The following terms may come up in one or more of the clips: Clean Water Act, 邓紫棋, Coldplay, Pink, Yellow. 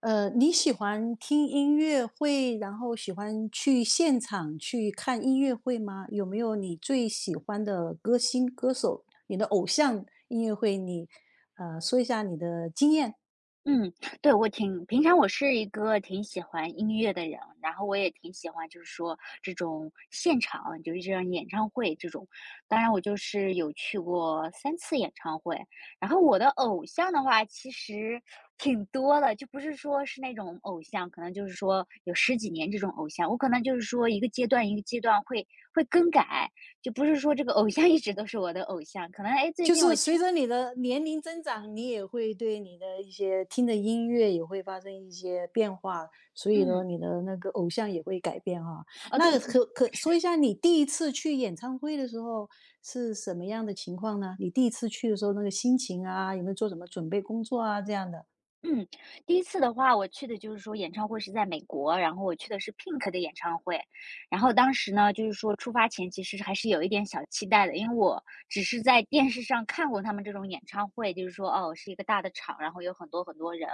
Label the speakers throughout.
Speaker 1: 你喜欢听音乐会，然后喜欢去现场去看音乐会吗？有没有你最喜欢的歌星、歌手，你的偶像音乐会？说一下你的经验。
Speaker 2: 嗯，对，我挺平常我是一个挺喜欢音乐的人，然后我也挺喜欢就是说这种现场，就是这样演唱会这种。当然我就是有去过三次演唱会，然后我的偶像的话其实挺多的，就不是说是那种偶像，可能就是说有十几年这种偶像，我可能就是说一个阶段一个阶段会更改，就不是说这个偶像一直都是我的偶像，可能，哎最
Speaker 1: 就
Speaker 2: 近
Speaker 1: 是
Speaker 2: 我
Speaker 1: 随
Speaker 2: 听。
Speaker 1: 着你的年龄增长，你也会对你的一些听的音乐也会发生一些变化，所以呢，
Speaker 2: 嗯。
Speaker 1: 你的那个偶像也会改变啊。
Speaker 2: 哦，对
Speaker 1: 那
Speaker 2: 对。
Speaker 1: 可说
Speaker 2: 是。
Speaker 1: 一下你第一次去演唱会的时候是什么样的情况呢？你第一次去的时候那个心情啊，有没有做什么准备工作啊？这样的，
Speaker 2: 嗯。第一次的话，我去的就是说演唱会是在美国，然后我去的是 Pink 的演唱会。然后当时呢，就是说出发前其实还是有一点小期待的，因为我只是在电视上看过他们这种演唱会，就是说，哦，是一个大的场，然后有很多很多人，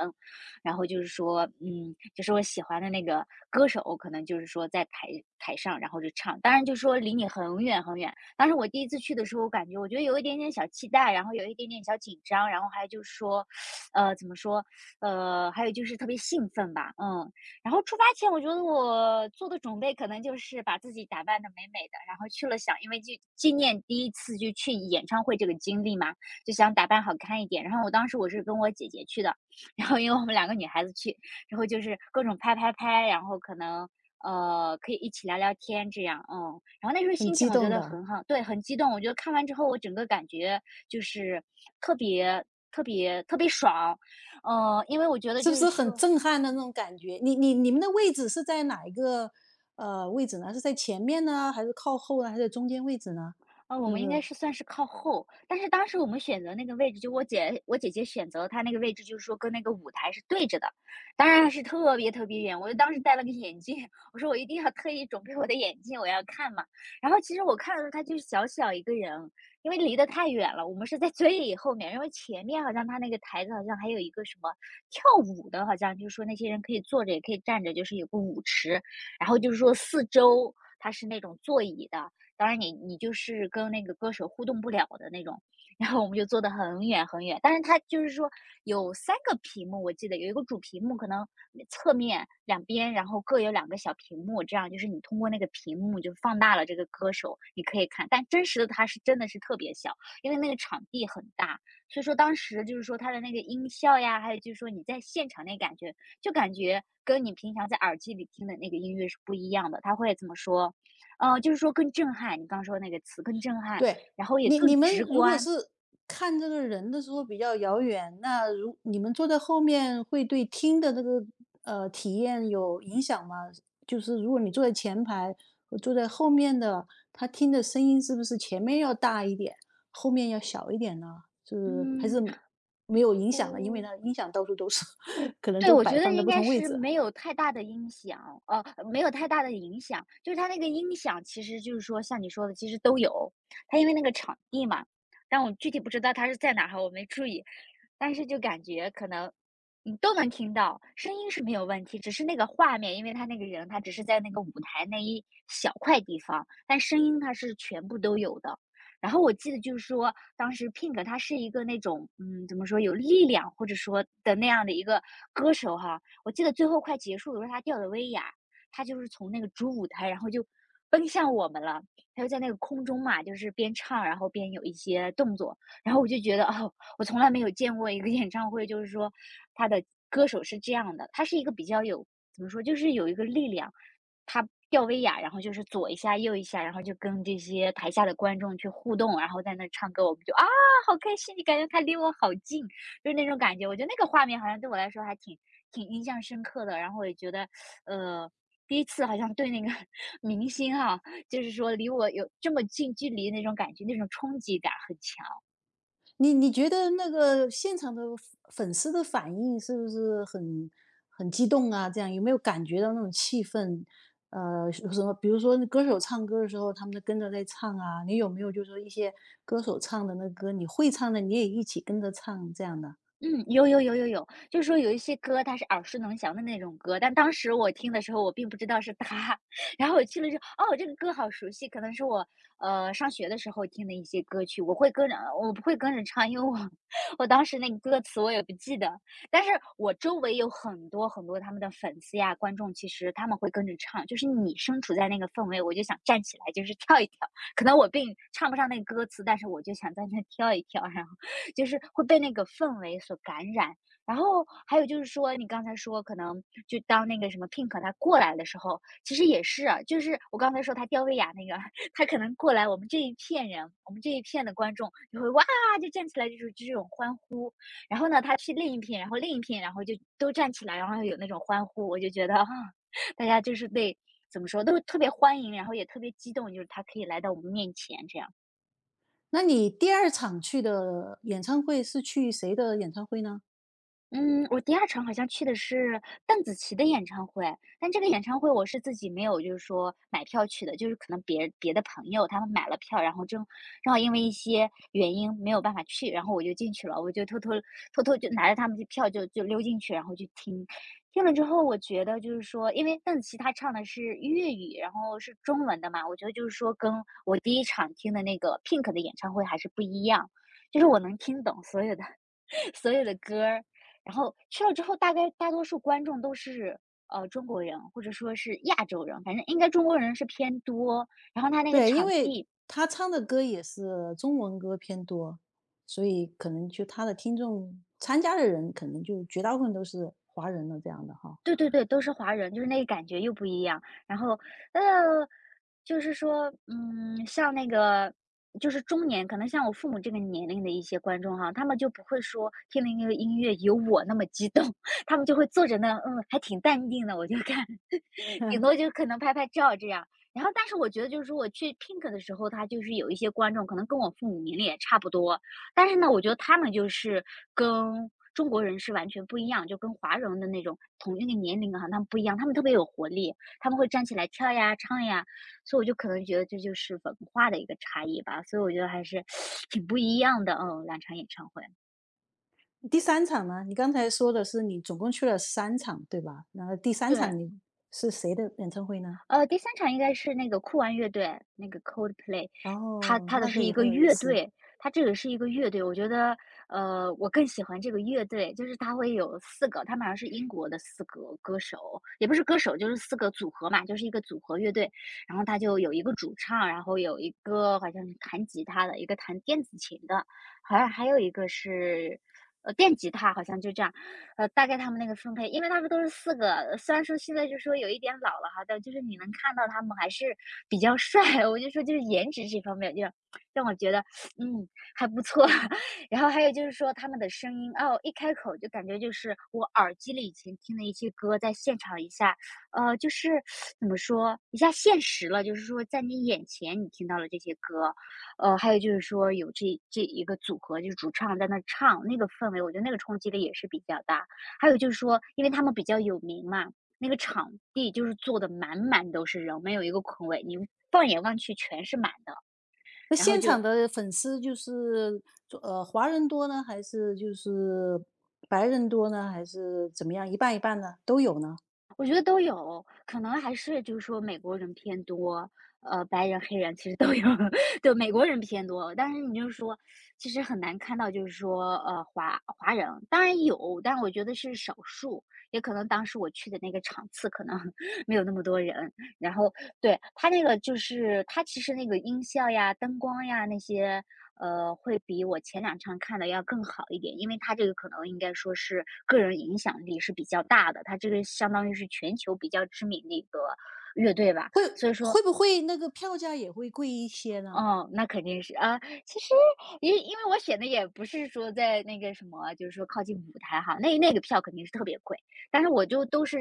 Speaker 2: 然后就是说，就是我喜欢的那个歌手，可能就是说在台上，然后就唱，当然就是说离你很远很远。当时我第一次去的时候，我感觉我觉得有一点点小期待，然后有一点点小紧张，然后还就是说，呃，怎么说，呃，还有就是特别兴奋吧，嗯。然后出发前，我觉得我做的准备可能就是把自己打扮的美美的，然后去了想因为就纪念第一次就去演唱会这个经历嘛，就想打扮好看一点。然后我当时我是跟我姐姐去的，然后因为我们两个女孩子去，然后就是各种拍拍拍，然后可能。可以一起聊聊天，这样，然后那时候
Speaker 1: 很
Speaker 2: 心情
Speaker 1: 激
Speaker 2: 我觉
Speaker 1: 动
Speaker 2: 得
Speaker 1: 的，
Speaker 2: 很好，对，很激动。我觉得看完之后，我整个感觉就是特别、特别、特别爽，因为我觉得
Speaker 1: 是
Speaker 2: 就
Speaker 1: 不
Speaker 2: 是
Speaker 1: 是很
Speaker 2: 说，
Speaker 1: 震撼的那种感觉？你们的位置是在哪一个位置呢？是在前面呢，还是靠后呢，还是中间位置呢？
Speaker 2: 我
Speaker 1: 那
Speaker 2: 们应该
Speaker 1: 个
Speaker 2: 是算是靠后，但是当时我们选择那个位置，就我姐姐选择她那个位置，就是说跟那个舞台是对着的，当然是特别特别远。我就当时戴了个眼镜，我说我一定要特意准备我的眼镜，我要看嘛。然后其实我看的时候，她就是小小一个人，因为离得太远了，我们是在最后面，因为前面好像她那个台子好像还有一个什么跳舞的，好像就是说那些人可以坐着也可以站着，就是有个舞池，然后就是说四周。它是那种座椅的，当然你就是跟那个歌手互动不了的那种。然后我们就坐得很远很远，但是它就是说有三个屏幕，我记得有一个主屏幕，可能侧面两边，然后各有两个小屏幕，这样就是你通过那个屏幕就放大了这个歌手，你可以看。但真实的它是真的是特别小，因为那个场地很大，所以说当时就是说它的那个音效呀，还有就是说你在现场那感觉，就感觉跟你平常在耳机里听的那个音乐是不一样的。它会怎么说就是说更震撼，你刚说那个词更震撼，
Speaker 1: 对，
Speaker 2: 然后也
Speaker 1: 你
Speaker 2: 更
Speaker 1: 你
Speaker 2: 直
Speaker 1: 们如果
Speaker 2: 观。
Speaker 1: 是看这个人的时候比较遥远，那如你们坐在后面会对听的这个体验有影响吗？就是如果你坐在前排和坐在后面的，他听的声音是不是前面要大一点，后面要小一点呢？就是还是
Speaker 2: 嗯。
Speaker 1: 没有影响的，因为它
Speaker 2: 哦。
Speaker 1: 音响到处都是，可能
Speaker 2: 对，
Speaker 1: 都
Speaker 2: 我
Speaker 1: 摆
Speaker 2: 觉得
Speaker 1: 放在
Speaker 2: 应
Speaker 1: 不
Speaker 2: 该
Speaker 1: 同位
Speaker 2: 是
Speaker 1: 置。
Speaker 2: 没有太大的音响，没有太大的影响。就是它那个音响其实就是说像你说的，其实都有。它因为那个场地嘛，但我具体不知道它是在哪儿哈，我没注意。但是就感觉可能你都能听到，声音是没有问题，只是那个画面，因为他那个人他只是在那个舞台那一小块地方，但声音它是全部都有的。然后我记得就是说，当时 Pink 他是一个那种，怎么说有力量或者说的那样的一个歌手哈。我记得最后快结束的时候，他吊的威亚，他就是从那个主舞台，然后就奔向我们了。他就在那个空中嘛，就是边唱然后边有一些动作。然后我就觉得哦，我从来没有见过一个 演唱会，就是说他的歌手是这样的，他是一个比较有怎么说，就是有一个力量。他吊威亚，然后就是左一下右一下，然后就跟这些台下的观众去互动，然后在那唱歌，我们就啊，好开心！你感觉他离我好近，就是那种感觉。我觉得那个画面好像对我来说还挺印象深刻的。然后我也觉得，呃，第一次好像对那个 明星哈、就是说离我有这么近距离那种感觉，那种冲击感很强。
Speaker 1: 你觉得那个现场的粉丝的反应是不是很激动啊？这样有没有感觉到那种气氛？有什么？比如说那歌手唱歌的时候，他们都跟着在唱啊，你有没有就是说一些歌手唱的那歌，你会唱的你也一起跟着唱这样的？
Speaker 2: 嗯，有有有有有，就是说有一些歌它是耳熟能详的那种歌，但当时我听的时候我并不知道是他，然后我去了之后，哦，这个歌好熟悉，可能是我上学的时候听的一些歌曲，我会跟着，我不会跟着唱，因为我 我当时那个歌词我也不记得，但是我周围有很多很多他们的粉丝呀、观众，其实他们会跟着唱，就是你身处在那个氛围，我就想站起来就是跳一跳，可能我并唱不上那个歌词，但是我就想在那跳一跳，然后。就是会被那个氛围所感染。然后还有就是说，你刚才说可能就当那个什么 Pink 他过来的时候，其实也是啊，就是我刚才说他吊威亚那个，他可能过来，我们这一片人，我们这一片的观众就会哇就站起来，就这种欢呼。然后呢，他去另一片，然后另一片，然后就都站起来，然后有那种欢呼，我就觉得啊，大家就是被怎么说，都特别欢迎，然后也特别激动，就是他可以来到我们面前这样。
Speaker 1: 那你第二场去的演唱会是去谁的演唱会呢？
Speaker 2: 嗯，我第二场好像去的是邓紫棋的演唱会，但这个演唱会我是自己没有就是说买票去的，就是可能别的朋友他们买了票，然后正好因为一些原因没有办法去，然后我就进去了，我就偷偷就拿着他们的票就溜进去，然后去听。听了之后，我觉得就是说，因为邓紫棋她唱的是粤语，然后是中文的嘛，我觉得就是说跟我第一场听的那个 Pink 的演唱会还是不一样，就是我能听懂所有的歌儿，然后去了之后，大概大多数观众都是中国人，或者说是亚洲人，反正应该中国人是偏多。然后他那个
Speaker 1: 对，因
Speaker 2: 场
Speaker 1: 为
Speaker 2: 地，
Speaker 1: 他唱的歌也是中文歌偏多，所以可能就他的听众参加的人，可能就绝大部分都是华人了这样的哈。
Speaker 2: 对对对，都是华人，就是那个感觉又不一样。然后呃，就是说，像那个。就是中年，可能像我父母这个年龄的一些观众哈，他们就不会说听了一个音乐有我那么激动，他们就会坐着那，还挺淡定的，我就看，顶多 就可能拍拍照这样。然后，但是我觉得就是说我去 Pink 的时候，他就是有一些观众可能跟我父母年龄也差不多，但是呢，我觉得他们就是跟中国人是完全不一样，就跟华人的那种同一个年龄啊，他们不一样，他们特别有活力，他们会站起来跳呀、唱呀，所以我就可能觉得这就是文化的一个差异吧，所以我觉得还是 挺不一样的，嗯，两场演唱会，
Speaker 1: 第三场呢，你刚才说的是你总共去了三场，对吧？然后第三
Speaker 2: 对。
Speaker 1: 场你是谁的演唱会呢？
Speaker 2: 第三场应该是那个酷玩乐队，那个 Coldplay，它
Speaker 1: 哦，
Speaker 2: 它的
Speaker 1: 那个
Speaker 2: 是
Speaker 1: 也
Speaker 2: 一个
Speaker 1: 很有意
Speaker 2: 乐
Speaker 1: 思。
Speaker 2: 队，它这个是一个乐队，我觉得，我更喜欢这个乐队，就是它会有四个，他们好像是英国的四个歌手，也不是歌手，就是四个组合嘛，就是一个组合乐队。然后它就有一个主唱，然后有一个好像是弹吉他的，一个弹电子琴的，好像还有一个是，电吉他，好像就这样。大概他们那个分配，因为他们都是四个，虽然说现在就说有一点老了哈，但就是你能看到他们还是比较帅，我就说就是颜值这方面就让我觉得，嗯，还不错。然后还有就是说他们的声音，哦，一开口就感觉就是我耳机里以前听的一些歌，在现场一下，就是怎么说，一下现实了，就是说在你眼前你听到了这些歌。还有就是说有这一个组合，就是主唱在那唱，那个氛围，我觉得那个冲击力也是比较大。还有就是说，因为他们比较有名嘛，那个场地就是坐的满满都是人，没有一个空位，你放眼望去全是满的。
Speaker 1: 那
Speaker 2: 然后
Speaker 1: 现场
Speaker 2: 就
Speaker 1: 的粉丝就是华人多呢，还是就是白人多呢，还是怎么样？一半一半呢？都有呢？
Speaker 2: 我觉得都有，可能还是就是说美国人偏多，白人、黑人其实都有，对，美国人偏多。但是你就是说，其实很难看到就是说，华人当然有，但我觉得是少数，也可能当时我去的那个场次可能 没有那么多人，然后对，它那个就是它其实那个音效呀、灯光呀那些，会比我前两场看的要更好一点，因为它这个可能应该说是个人影响力是比较大的，它这个相当于是全球比较知名的一个乐队吧，
Speaker 1: 会
Speaker 2: 所以说
Speaker 1: 会不会那个票价也会贵一些呢？
Speaker 2: 哦，那肯定是啊。其实因为我选的也不是说在那个什么，就是说靠近舞台哈，那个票肯定是特别贵，但是我就都是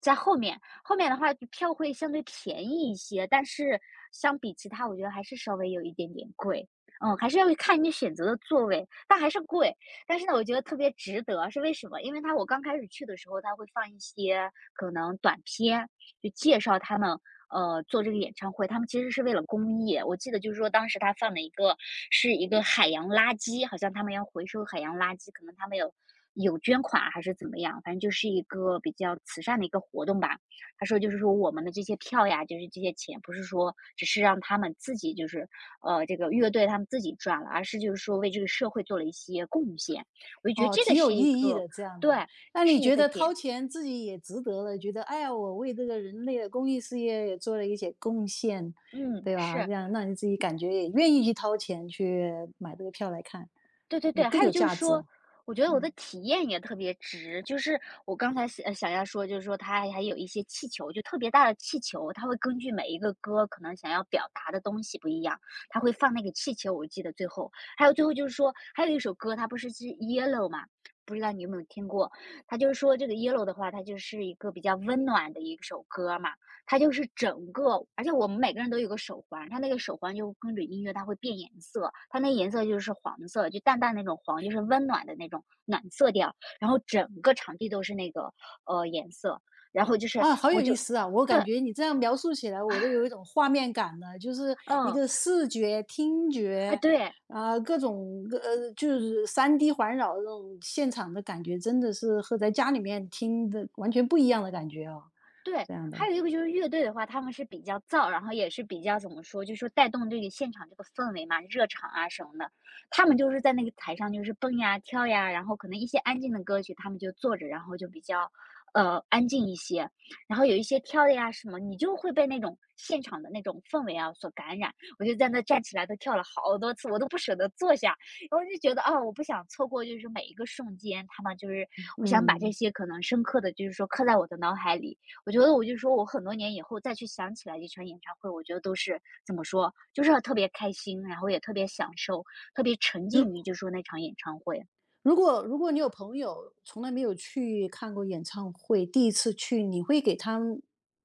Speaker 2: 在后面，后面的话就票会相对便宜一些，但是相比其他，我觉得还是稍微有一点点贵。嗯，还是要看你选择的座位，但还是贵。但是呢，我觉得特别值得，是为什么？因为它我刚开始去的时候，它会放一些可能短片，就介绍他们做这个演唱会，他们其实是为了公益。我记得就是说当时他放了一个是一个海洋垃圾，好像他们要回收海洋垃圾，可能他们有捐款啊还是怎么样，反正就是一个比较慈善的一个活动吧。他说就是说我们的这些票呀，就是这些钱，不是说只是让他们自己就是这个乐队他们自己赚了，而是就是说为这个社会做了一些贡献。我就觉得
Speaker 1: 哦，
Speaker 2: 这
Speaker 1: 挺
Speaker 2: 个
Speaker 1: 有
Speaker 2: 是
Speaker 1: 意
Speaker 2: 一
Speaker 1: 义
Speaker 2: 个
Speaker 1: 的这样的。
Speaker 2: 对，
Speaker 1: 那
Speaker 2: 这
Speaker 1: 你
Speaker 2: 是一
Speaker 1: 觉
Speaker 2: 个
Speaker 1: 得掏
Speaker 2: 点。
Speaker 1: 钱自己也值得了，觉得哎呀，我为这个人类的公益事业也做了一些贡献，
Speaker 2: 嗯，
Speaker 1: 对吧？
Speaker 2: 是。
Speaker 1: 这样让你自己感觉也愿意去掏钱去买这个票来看，
Speaker 2: 对对
Speaker 1: 有
Speaker 2: 对，
Speaker 1: 更
Speaker 2: 还有
Speaker 1: 有
Speaker 2: 就是
Speaker 1: 价值。
Speaker 2: 说，我觉得我的
Speaker 1: 嗯。
Speaker 2: 体验也特别值。就是我刚才想想要说，就是说它还有一些气球，就特别大的气球，它会根据每一个歌可能想要表达的东西不一样，它会放那个气球。我记得最后，还有最后就是说，还有一首歌，它不是是 Yellow 嘛？不知道你有没有听过？它就是说这个 Yellow 的话，它就是一个比较温暖的一首歌嘛。它就是整个而且我们每个人都有个手环，它那个手环就跟着音乐它会变颜色，它那颜色就是黄色，就淡淡那种黄，就是温暖的那种暖色调，然后整个场地都是那个，颜色，然后就是
Speaker 1: 啊，好有
Speaker 2: 我就
Speaker 1: 意思啊！我感
Speaker 2: 对，
Speaker 1: 觉你这样描述起来，我都有一种画面感了，就是一
Speaker 2: 嗯，
Speaker 1: 个视觉、听
Speaker 2: 啊
Speaker 1: 觉，
Speaker 2: 对。
Speaker 1: 啊、各种,就是三 D 环绕的这种现场的感觉，真的是和在家里面听的完全不一样的感觉哦。
Speaker 2: 对，
Speaker 1: 这样的，
Speaker 2: 还有一个就是乐队的话，他们是比较燥，然后也是比较怎么说，就是说带动这个现场这个氛围嘛，热场啊什么的。他们就是在那个台上就是蹦呀跳呀，然后可能一些安静的歌曲他们就坐着，然后就比较安静一些。然后有一些跳的呀什么，你就会被那种现场的那种氛围啊所感染。我就在那站起来都跳了好多次，我都不舍得坐下。然后就觉得啊、我不想错过，就是每一个瞬间，他们就是我想把这
Speaker 1: 嗯，
Speaker 2: 些可能深刻的，就是说刻在我的脑海里。我觉得我就说我很多年以后再去想起来这场演唱会，我觉得都是怎么说，就是特别开心，然后也特别享受，特别沉
Speaker 1: 如
Speaker 2: 浸于就说那场演唱会。
Speaker 1: 如果你有朋友从来没有去看过演唱会，第一次去，你会给他们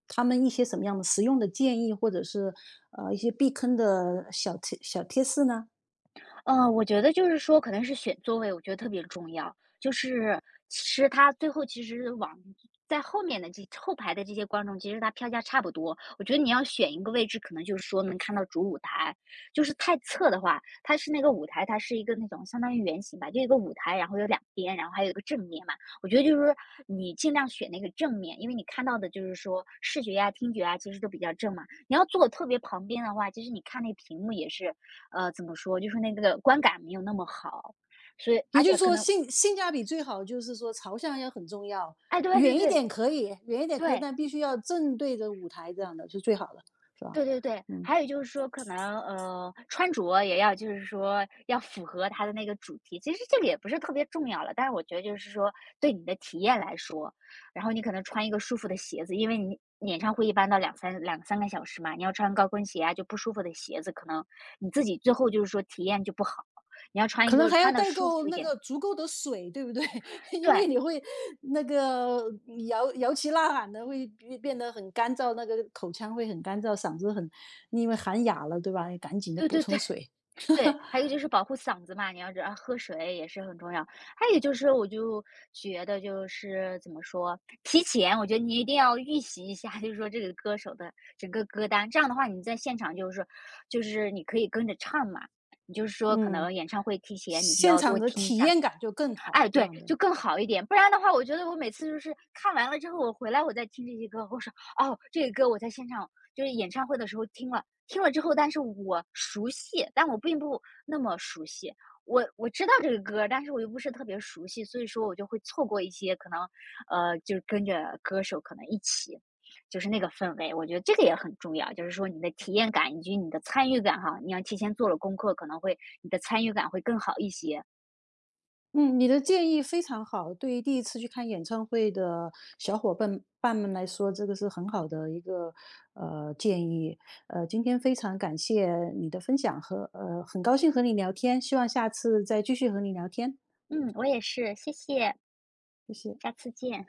Speaker 1: 一些什么样的实用的建议，或者是一些避坑的小贴士呢？
Speaker 2: 我觉得就是说可能是选座位，我觉得特别重要。就是其实他最后其实往在后面的这后排的这些观众，其实他票价差不多。我觉得你要选一个位置，可能就是说能看到主舞台。就是太侧的话，它是那个舞台，它是一个那种相当于圆形吧，就一个舞台，然后有两边，然后还有一个正面嘛。我觉得就是说你尽量选那个正面，因为你看到的就是说视觉呀、听觉啊，其实都比较正嘛。你要坐特别旁边的话，其实你看那屏幕也是怎么说，就是那个观感没有那么好，所以
Speaker 1: 也
Speaker 2: 而
Speaker 1: 就是
Speaker 2: 且可
Speaker 1: 说
Speaker 2: 能
Speaker 1: 性价比最好就是说朝向要很重要，
Speaker 2: 哎，对对
Speaker 1: 远一
Speaker 2: 对
Speaker 1: 点可以，远一点可以，
Speaker 2: 对
Speaker 1: 但必须要正对着舞台这样的是最好的，是吧？
Speaker 2: 对对对，
Speaker 1: 嗯，
Speaker 2: 还有就是说可能穿着也要就是说要符合它的那个主题，其实这个也不是特别重要了，但是我觉得就是说对你的体验来说，然后你可能穿一个舒服的鞋子，因为你演唱会一般到两三个小时嘛，你要穿高跟鞋啊，就不舒服的鞋子，可能你自己最后就是说体验就不好。你要穿
Speaker 1: 可
Speaker 2: 一
Speaker 1: 能
Speaker 2: 个
Speaker 1: 还要
Speaker 2: 穿的
Speaker 1: 带
Speaker 2: 舒服
Speaker 1: 够
Speaker 2: 一
Speaker 1: 那
Speaker 2: 点，
Speaker 1: 个足够的水，对不对？因
Speaker 2: 对
Speaker 1: 为你会那个摇旗呐喊的，会变得很干燥，那个口腔会很干燥，嗓子很因为喊哑了，对吧？赶紧的
Speaker 2: 对
Speaker 1: 补
Speaker 2: 对
Speaker 1: 充
Speaker 2: 对
Speaker 1: 水，
Speaker 2: 对，还有一个就是保护嗓子嘛，你要知道喝水也是很重要。还有就是，我就觉得就是怎么说，提前我觉得你一定要预习一下，就是说这个歌手的整个歌单，这样的话你在现场就是说，就是你可以跟着唱嘛。你就是说可能
Speaker 1: 嗯，
Speaker 2: 演唱会提前你就
Speaker 1: 现
Speaker 2: 要多
Speaker 1: 场的
Speaker 2: 听一
Speaker 1: 体
Speaker 2: 下，
Speaker 1: 验感就更好，
Speaker 2: 哎，
Speaker 1: 这
Speaker 2: 对，
Speaker 1: 样的。
Speaker 2: 就更好一点，不然的话，我觉得我每次就是看完了之后，我回来我再听这些歌，我说哦，这个歌我在现场就是演唱会的时候听了，听了之后，但是我熟悉，但我并不那么熟悉。我知道这个歌，但是我又不是特别熟悉，所以说我就会错过一些可能，就是跟着歌手可能一起，就是那个氛围，我觉得这个也很重要，就是说你的体验感以及你的参与感哈，你要提前做了功课，可能会你的参与感会更好一些。
Speaker 1: 嗯，你的建议非常好。对于第一次去看演唱会的小伙伴们来说，这个是很好的一个建议。今天非常感谢你的分享和很高兴和你聊天，希望下次再继续和你聊天，
Speaker 2: 嗯，我也是，谢谢，
Speaker 1: 谢谢。
Speaker 2: 下次见。